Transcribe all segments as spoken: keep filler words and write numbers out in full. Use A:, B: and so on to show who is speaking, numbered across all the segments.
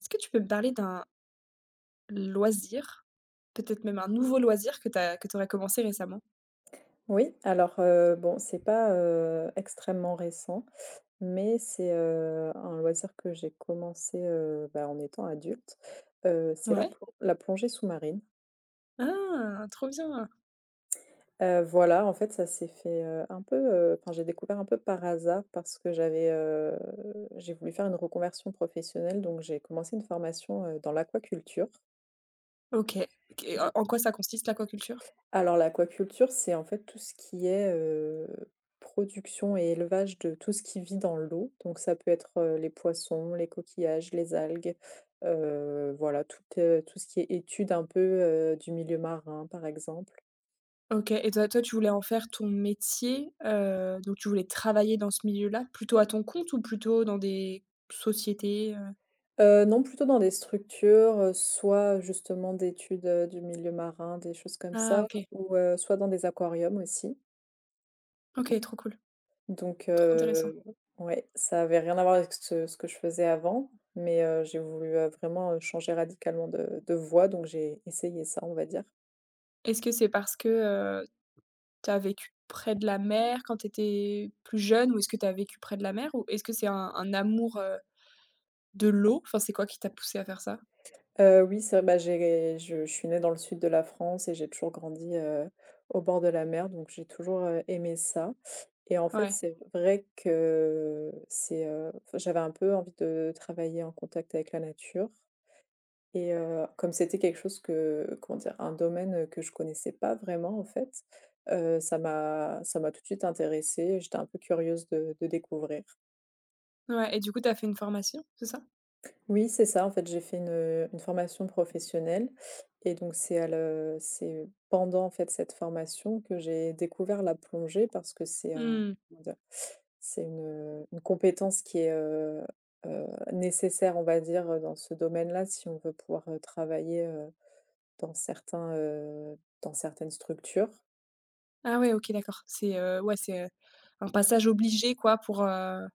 A: Est-ce que tu peux me parler d'un loisir, peut-être même un nouveau loisir que t'as, que t'aurais commencé récemment?
B: Oui, alors, heu, bon, c'est pas, heu, extrêmement récent, mais c'est, heu, un loisir que j'ai commencé, heu, bah, en étant adulte. Heu, c'est la
A: Ouais.
B: plon la plongée sous-marine.
A: Ah! Trop bien.
B: Heu, voilà, en fait, ça s'est fait, heu, un peu, heu, enfin, j'ai découvert un peu par hasard parce que j'avais, heu, j'ai voulu faire une reconversion professionnelle, donc j'ai commencé une formation, heu, dans l'aquaculture.
A: OK. OK, en en quoi ça consiste l'aquaculture?
B: Alors l'aquaculture, c'est en fait tout ce qui est, heu, production et élevage de tout ce qui vit dans l'eau. Donc ça peut être, heu, les poissons, les coquillages, les algues, heu, voilà tout heu, tout ce qui est étude un peu, heu, du milieu marin par exemple.
A: OK et toi toi, tu voulais en faire ton métier, heu, donc tu voulais travailler dans ce milieu-là, plutôt à ton compte ou plutôt dans des sociétés, heu?
B: Heu, non, plutôt dans des structures, heu, soit justement d'études, heu, du milieu marin, des choses comme
A: Ah
B: ça
A: OK.
B: ou, heu, soit dans des aquariums aussi.
A: OK, trop cool,
B: Donc
A: trop intéressant.
B: heu, ouais, ça avait rien à voir avec ce ce que je faisais avant, mais heu, j'ai voulu, heu, vraiment, heu, changer radicalement de de voie, donc j'ai essayé ça, on va dire.
A: Est-ce que c'est parce que, heu, tu as vécu près de la mer quand tu étais plus jeune ou est-ce que tu as vécu près de la mer? Ou est-ce que c'est un un amour, heu de l'eau? Enfin, c'est quoi qui t'a poussé à faire ça?
B: Heu, oui, c'est vrai, bah, j'ai je je suis née dans le sud de la France et j'ai toujours grandi, heu, au bord de la mer, donc j'ai toujours, heu, aimé ça et en fait,
A: Ouais,
B: c'est vrai que c'est, heu, enfin, j'avais un peu envie de travailler en contact avec la nature. Et heu, comme c'était quelque chose que comment dire? Un domaine que je connaissais pas vraiment en fait, heu, ça m'a ça m'a tout de suite intéressée, j'étais un peu curieuse de de découvrir.
A: ouais et du coup, tu as fait une formation, c'est ça?
B: Oui, c'est ça, en fait, j'ai fait une, une formation professionnelle et donc c'est à le c'est pendant en fait cette formation que j'ai découvert la plongée parce que c'est un
A: Mmh.
B: comment dire? C'est une, une compétence qui est, heu heu, nécessaire on va dire, dans ce domaine-là si on veut pouvoir, heu, travailler, Dans certains, heu, dans certaines structures.
A: Ah ouais, OK, d'accord. C'est, heu, ouais, c'est, heu, un passage obligé quoi pour, heu,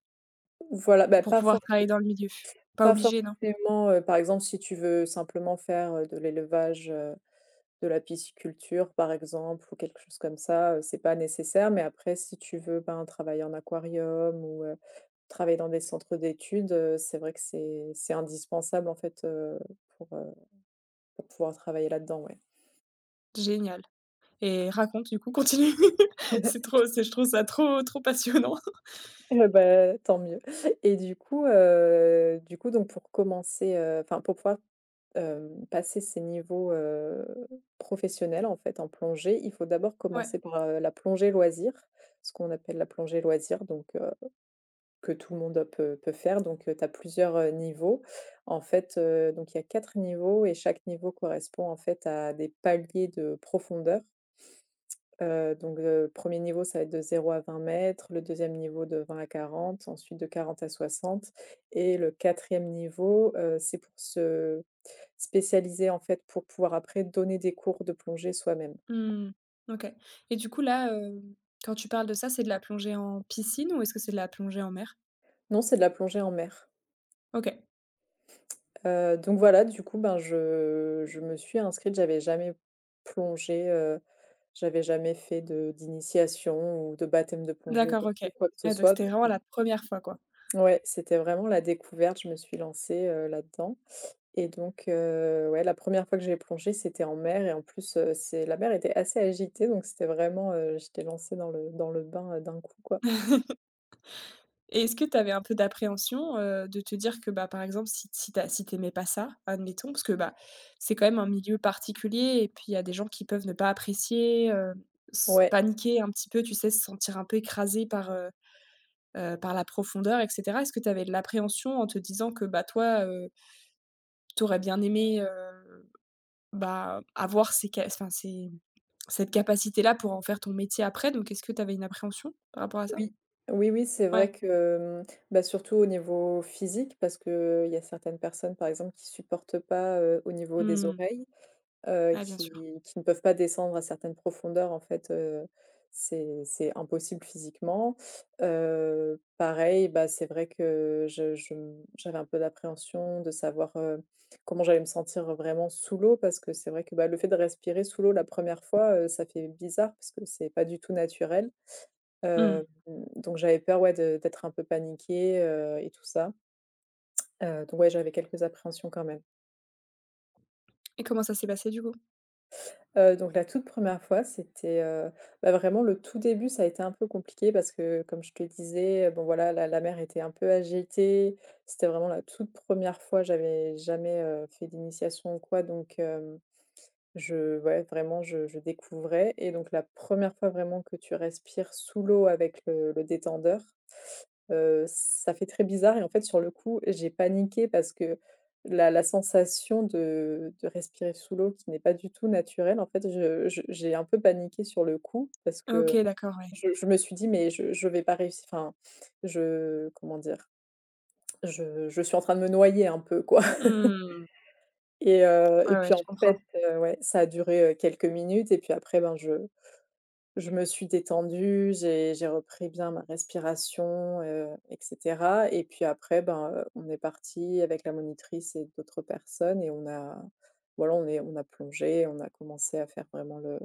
B: Voilà, bah,
A: pour
B: pas
A: pouvoir
B: for
A: travailler dans le milieu? Pas
B: pas
A: obligé, non?
B: forcément, heu, par exemple, si tu veux simplement faire, heu, de l'élevage, heu, de la pisciculture, par exemple, ou quelque chose comme ça, heu, c'est pas nécessaire. Mais après, si tu veux, ben, travailler en aquarium ou, heu, travailler dans des centres d'études, heu, c'est vrai que c'est c'est indispensable, en fait, heu, pour, heu, pour pouvoir travailler là-dedans, ouais.
A: Génial et raconte du coup, continue. C'est trop c'est je trouve ça trop, trop passionnant.
B: Eh bah, tant mieux et du coup, heu, du coup donc pour commencer, heu, enfin pour pouvoir, hem, passer ces niveaux, heu, professionnels en fait en plongée, il faut d'abord
A: Ouais,
B: commencer par, heu, la plongée loisir, ce qu'on appelle la plongée loisir donc, heu, que tout le monde euh, peut peut faire donc, heu, tu as plusieurs, heu, niveaux. En fait, heu, donc il y a quatre niveaux et chaque niveau correspond en fait à des paliers de profondeur. Heu, donc le premier niveau, ça va être de zéro à vingt mètres. Le deuxième niveau, de vingt à quarante. Ensuite, de quarante à soixante. Et le quatrième niveau, heu, c'est pour se spécialiser, en fait, pour pouvoir après donner des cours de plongée soi-même.
A: mmh, OK et du coup là, heu, quand tu parles de ça, c'est de la plongée en piscine ou est-ce que c'est de la plongée en mer?
B: Non, c'est de la plongée en mer.
A: OK.
B: Heu, donc voilà, du coup, ben, je je me suis inscrite, j'avais jamais plongé, heu, j'avais jamais fait de d'initiation ou de baptême de plongée ou
A: D'accord,
B: quoi
A: OK.
B: ou quoi que ce
A: Ouais, donc
B: soit
A: c'était
B: donc
A: vraiment
B: heu,
A: la première fois, quoi?
B: ouais, c'était vraiment la découverte, je me suis lancée, heu, là-dedans. Et donc, heu, ouais, la première fois que j'ai plongé, c'était en mer et en plus, heu, c'est la mer était assez agitée, donc c'était vraiment, heu, j'étais lancée dans le dans le bain, heu, d'un coup, quoi.
A: Et est-ce que tu avais un peu d'appréhension, heu, de te dire que, bah, par exemple, si si tu si tu pas ça, admettons, parce que, bah, c'est quand même un milieu particulier et puis il y a des gens qui peuvent ne pas apprécier, heu, s
B: Ouais,
A: paniquer un petit peu, tu sais, se sentir un peu écrasé par, heu heu, par la profondeur et cetera. Est-ce que tu avais de l'appréhension en te disant que, bah, toi, tu bien aimé, heu, bah, avoir ces ca enfin, ces cette capacité-là pour en faire ton métier après, donc est-ce que tu avais une appréhension par rapport à ça?
B: oui. Oui, oui, c'est
A: Ouais.
B: vrai que, mmh, bah, surtout au niveau physique parce qu'il y a certaines personnes, par exemple, qui supportent pas, heu, au niveau des
A: Mmh.
B: oreilles, heu,
A: Ouais, bien sûr.
B: qui qui ne peuvent pas descendre à certaines profondeurs, en fait, heu, c'est c'est impossible physiquement. Heu, pareil, bah, c'est vrai que je je m j'avais un peu d'appréhension de savoir, heu, comment j'allais me sentir vraiment sous l'eau parce que c'est vrai que, bah, le fait de respirer sous l'eau la première fois, heu, ça fait bizarre parce que c'est pas du tout naturel.
A: Mmh.
B: Hem, donc j'avais peur, ouais, de d'être un peu paniquée, heu et tout ça. Heu, donc ouais, j'avais quelques appréhensions quand même.
A: Et comment ça s'est passé du coup?
B: Heu, donc la toute première fois, c'était, heu, bah, vraiment le tout début, ça a été un peu compliqué parce que comme je te disais, euh, bon voilà, la la mer était un peu agitée. C'était vraiment la toute première fois, j'avais jamais, heu, fait d'initiation ou quoi donc hem, je ouais, vraiment je je découvrais et donc la première fois vraiment que tu respires sous l'eau avec le le détendeur. Heu, ça fait très bizarre et en fait, sur le coup, j'ai paniqué parce que la la sensation de de respirer sous l'eau qui n'est pas du tout naturelle, en fait, je je j'ai un peu paniqué sur le coup parce
A: OK,
B: que
A: d'accord, ouais.
B: je je me suis dit: «Mais je je vais pas réussir enfin, je comment dire? Je je suis en train de me noyer un peu, quoi.»
A: Mmh.
B: et heu
A: Ouais,
B: et
A: ouais,
B: puis
A: je
B: en
A: comprends.
B: fait, heu, ouais, ça a duré, heu, quelques minutes et puis après, ben, je je me suis détendue, j'ai j'ai repris bien ma respiration, heu et cetera et puis après, ben, heu, on est parti avec la monitrice et d'autres personnes et on a voilà, on est on a plongé, on a commencé à faire vraiment le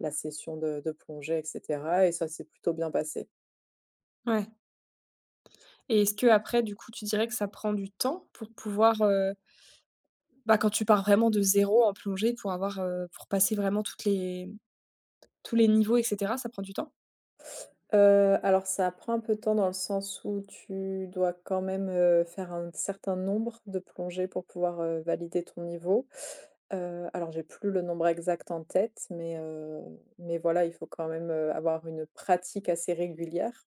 B: la session de de plongée et cetera et ça s'est plutôt bien passé.
A: Ouais. Et est-ce que après du coup, tu dirais que ça prend du temps pour pouvoir, heu, bah, quand tu pars vraiment de zéro en plongée pour avoir, heu, pour passer vraiment toutes les tous les niveaux et cetera, ça prend du temps?
B: Heu, alors ça prend un peu de temps dans le sens où tu dois quand même, heu, faire un certain nombre de plongées pour pouvoir, heu, valider ton niveau. Heu, alors j'ai plus le nombre exact en tête mais, heu, mais voilà, il faut quand même, heu, avoir une pratique assez régulière.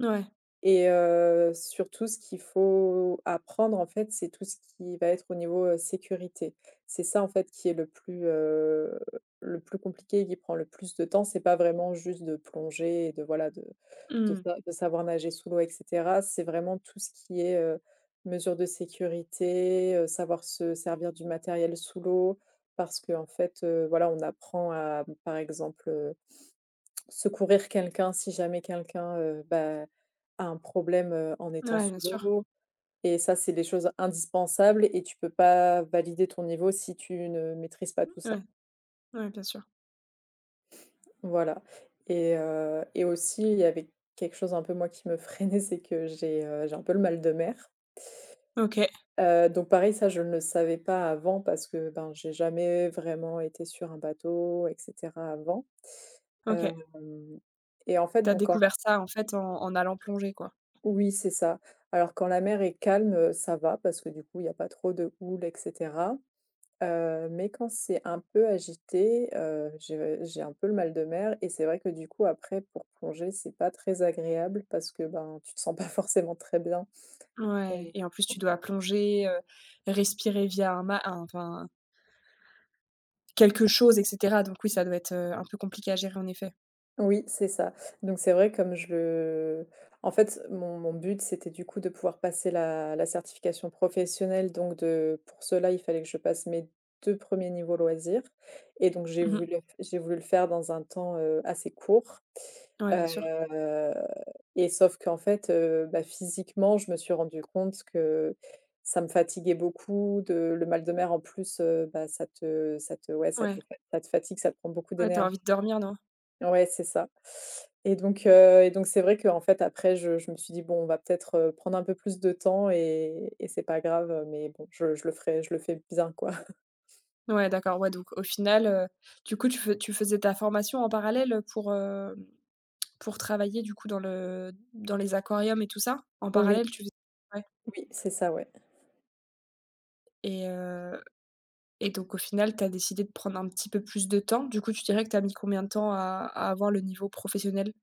A: Ouais.
B: Et heu, surtout ce qu'il faut apprendre en fait, c'est tout ce qui va être au niveau, heu, sécurité. C'est ça en fait qui est le plus, heu, le plus compliqué et qui prend le plus de temps. C'est pas vraiment juste de plonger et de voilà de de
A: Mmh.
B: sa de savoir nager sous l'eau et cetera. C'est vraiment tout ce qui est, heu, mesures de sécurité, heu, savoir se servir du matériel sous l'eau. Parce que en fait, heu, voilà, on apprend à, par exemple, Secourir quelqu'un si jamais quelqu'un, heu, bah, a un problème, heu, en étant
A: Ouais, bien
B: sous
A: sûr.
B: l'eau et ça, c'est des choses indispensables et tu peux pas valider ton niveau si tu ne maîtrises pas tout ça.
A: Ouais, ouais, bien sûr.
B: Voilà et heu et aussi, il y avait quelque chose un peu moi qui me freinait, c'est que j'ai, heu, j'ai un peu le mal de mer.
A: OK,
B: Heu, donc pareil, ça, je ne le savais pas avant parce que, ben, j'ai jamais vraiment été sur un bateau et cetera avant.
A: OK.
B: Hem et en fait,
A: Tu as
B: bon, quand...
A: découvert ça, en fait, en en allant plonger, quoi?
B: Oui, c'est ça. Alors quand la mer est calme, heu, ça va parce que du coup, il y a pas trop de houle et cetera. Heu, mais quand c'est un peu agité, heu, je j'ai un peu le mal de mer et c'est vrai que du coup après pour plonger, c'est pas très agréable parce que, ben, tu te sens pas forcément très bien.
A: Ouais et en plus, tu dois plonger, heu, respirer via un ma un enfin, quelque chose et cetera donc oui, ça doit être, heu, un peu compliqué à gérer, en effet.
B: Oui, c'est ça. Donc c'est vrai comme je le en fait, mon mon but, c'était du coup de pouvoir passer la la certification professionnelle, donc de pour cela, il fallait que je passe mes deux premiers niveaux loisirs et donc j'ai
A: Mmh mh.
B: voulu j'ai voulu le faire dans un temps, heu, assez court,
A: Ouais, bien sûr.
B: heu et sauf qu'en fait, heu, bah, physiquement, je me suis rendu compte que ça me fatiguait beaucoup de le mal de mer en plus, heu, bah, ça te ça te ouais, ça
A: Ouais.
B: te fa- ça te fatigue, ça te prend beaucoup
A: Ouais, tu as envie
B: d'énergie.
A: de dormir, non?
B: Ouais, c'est ça et donc heu et donc c'est vrai qu'en fait après je je me suis dit: «Bon, on va peut-être, heu, prendre un peu plus de temps et et c'est pas grave, mais bon, je je le ferai je le fais bien, quoi.»
A: Ouais, d'accord, ouais, donc au final, heu, du coup, tu fais tu faisais ta formation en parallèle pour, hem, pour travailler du coup dans le dans les aquariums et tout ça? En
B: Oui,
A: parallèle, tu fais ouais
B: oui, c'est ça, ouais.
A: et heu et donc au final, tu as décidé de prendre un petit peu plus de temps. Du coup, tu dirais que tu as mis combien de temps à à avoir le niveau professionnel?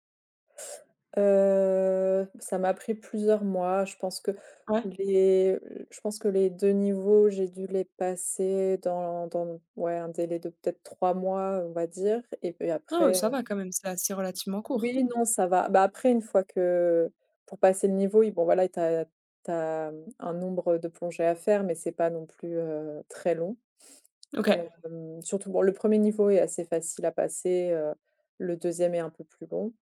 B: Heu, ça m'a pris plusieurs mois. Je pense que
A: Ouais?
B: les je pense que les deux niveaux, j'ai dû les passer dans dans ouais, un délai de peut-être trois mois, on va dire et puis
A: Ah ouais,
B: après...
A: ça va quand même, c'est assez relativement court.
B: Oui, non, ça va. Bah, après, une fois que pour passer le niveau, oui, bon, voilà, t'as t'as un nombre de plongées à faire, mais c'est pas non plus, heu, très long.
A: OK,
B: Hem, surtout, bon, le premier niveau est assez facile à passer, heu, le deuxième est un peu plus long,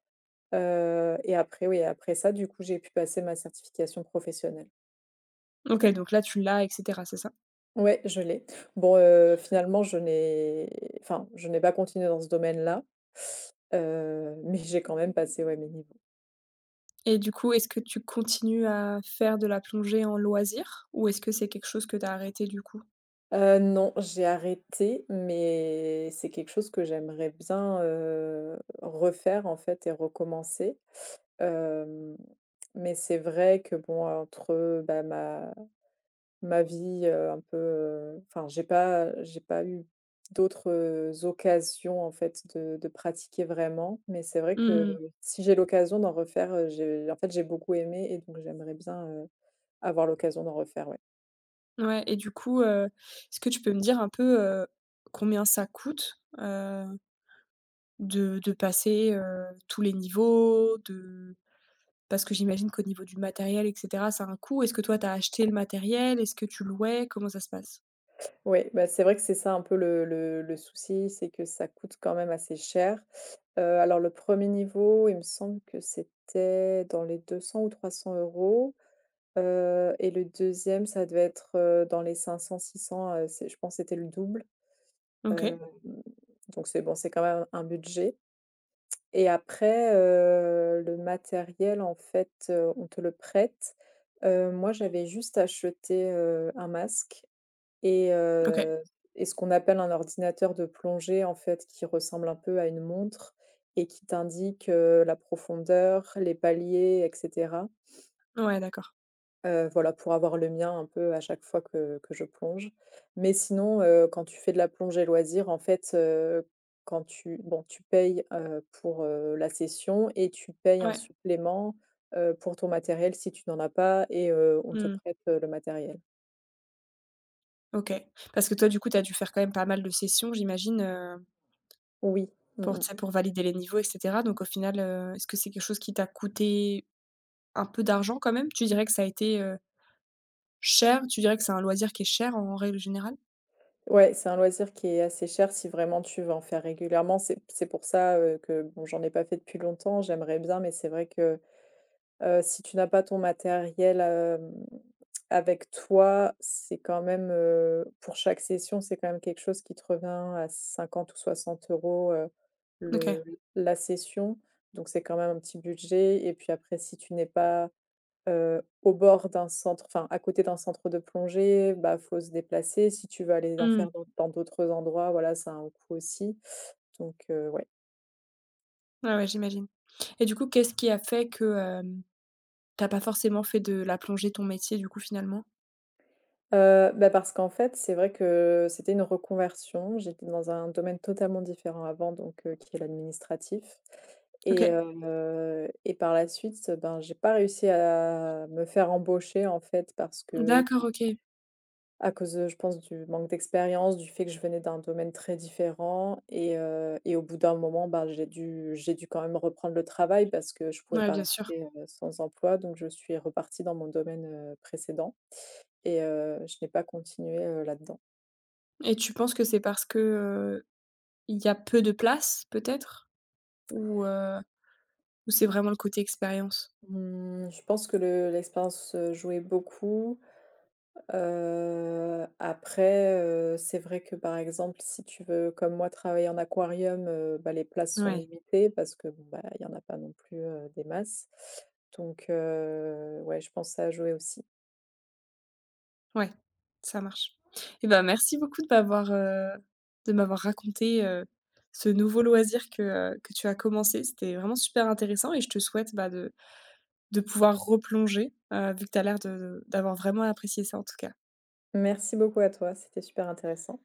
B: heu et après, oui, après ça, du coup, j'ai pu passer ma certification professionnelle.
A: OK, donc là, tu l'as et cetera, c'est ça?
B: Ouais, je l'ai. Bon, heu, finalement, je n'ai enfin, je n'ai pas continué dans ce domaine-là, heu, mais j'ai quand même passé, ouais, mes niveaux.
A: Et du coup, est-ce que tu continues à faire de la plongée en loisir ou est-ce que c'est quelque chose que tu as arrêté du coup?
B: Heu, non, j'ai arrêté, mais c'est quelque chose que j'aimerais bien, heu, refaire en fait et recommencer. Hem, mais c'est vrai que bon, entre, bah, ma ma vie, heu, un peu, heu, enfin j'ai pas j'ai pas eu d'autres occasions en fait de de pratiquer vraiment. Mais c'est vrai que
A: Mmh.
B: si j'ai l'occasion d'en refaire, heu, j'ai en fait j'ai beaucoup aimé et donc j'aimerais bien, heu, avoir l'occasion d'en refaire, ouais.
A: Ouais et du coup, heu, est-ce que tu peux me dire un peu, heu, combien ça coûte, heu, de de passer, heu, tous les niveaux? De parce que j'imagine qu'au niveau du matériel et cetera, ça a un coût. Est-ce que toi, tu as acheté le matériel? Est-ce que tu louais? Comment ça se passe?
B: Oui, bah, c'est vrai que c'est ça un peu le le le souci, c'est que ça coûte quand même assez cher. Heu, alors le premier niveau, il me semble que c'était dans les deux cents ou trois cents euros, heu et le deuxième, ça devait être, heu, dans les cinq cents à six cents, heu, c'est, je pense que c'était le double. hem,
A: OK,
B: donc c'est bon, c'est quand même un budget. Et après, heu, le matériel, en fait, heu, on te le prête. Heu, moi, j'avais juste acheté, heu, un masque et
A: OK.
B: heu et ce qu'on appelle un ordinateur de plongée, en fait, qui ressemble un peu à une montre et qui t'indique, heu, la profondeur, les paliers, et cetera.
A: Ouais, d'accord.
B: Heu, voilà, pour avoir le mien un peu à chaque fois que que je plonge. Mais sinon, heu, quand tu fais de la plongée loisir, en fait, heu, quand tu bon, tu payes, heu, pour, heu, la session, et tu payes un
A: Ouais.
B: supplément, heu, pour ton matériel si tu n'en as pas, et heu, on te
A: Mmh.
B: prête, heu, le matériel.
A: OK. Parce que toi, du coup, tu as dû faire quand même pas mal de sessions, j'imagine, heu,
B: Oui.
A: pour,
B: Mmh.
A: tu sais, pour valider les niveaux et cetera. Donc au final, heu, est-ce que c'est quelque chose qui t'a coûté un peu d'argent quand même? Tu dirais que ça a été, heu, cher? Tu dirais que c'est un loisir qui est cher en règle générale?
B: Ouais, c'est un loisir qui est assez cher si vraiment tu veux en faire régulièrement. C'est c'est pour ça, heu, que bon, j'en ai pas fait depuis longtemps, j'aimerais bien, mais c'est vrai que, heu, si tu n'as pas ton matériel, hem, avec toi, c'est quand même, heu, pour chaque session, c'est quand même quelque chose qui te revient à cinquante ou soixante euros, heu,
A: OK.
B: le la session. Donc c'est quand même un petit budget. Et puis après, si tu n'es pas, Heu, au bord d'un centre, enfin, à côté d'un centre de plongée, bah, faut se déplacer. Si tu veux aller en
A: Mmh.
B: faire dans dans d'autres endroits, voilà, ça a un coût aussi. Donc, heu, ouais.
A: Ouais, ouais, j'imagine. Et du coup, qu'est-ce qui a fait que, hem, tu pas forcément fait de la plongée ton métier, du coup, finalement?
B: Heu, bah, parce qu'en fait, c'est vrai que c'était une reconversion. J'étais dans un domaine totalement différent avant, donc, heu, qui est l'administratif, et
A: OK.
B: heu et par la suite, ben, j'ai pas réussi à me faire embaucher, en fait, parce que
A: D'accord, OK.
B: à cause, heu, je pense, du manque d'expérience, du fait que je venais d'un domaine très différent, et heu et au bout d'un moment, bah, j'ai dû j'ai dû quand même reprendre le travail parce que je pouvais
A: Ouais,
B: pas
A: bien sûr.
B: rester, heu, sans emploi. Donc je suis repartie dans mon domaine, heu, précédent, et heu, je n'ai pas continué, heu, là-dedans.
A: Et tu penses que c'est parce que, heu, il y a peu de place peut-être? Ou, heu, ou c'est vraiment le côté expérience?
B: Mmh, je pense que le l'expérience, heu, jouait beaucoup. Heu, après, heu, c'est vrai que, par exemple, si tu veux, comme moi, travailler en aquarium, heu, bah, les places sont
A: Ouais,
B: limitées parce que, bon, bah, il y en a pas non plus, heu, des masses. Donc, heu, ouais, je pense à jouer aussi.
A: ouais, ça marche. Et ben merci beaucoup de m'avoir, heu, de m'avoir raconté, heu, ce nouveau loisir que, heu, que tu as commencé. C'était vraiment super intéressant et je te souhaite, bah, de de pouvoir replonger, heu, vu que tu as l'air de d'avoir vraiment apprécié ça en tout cas.
B: Merci beaucoup à toi, c'était super intéressant.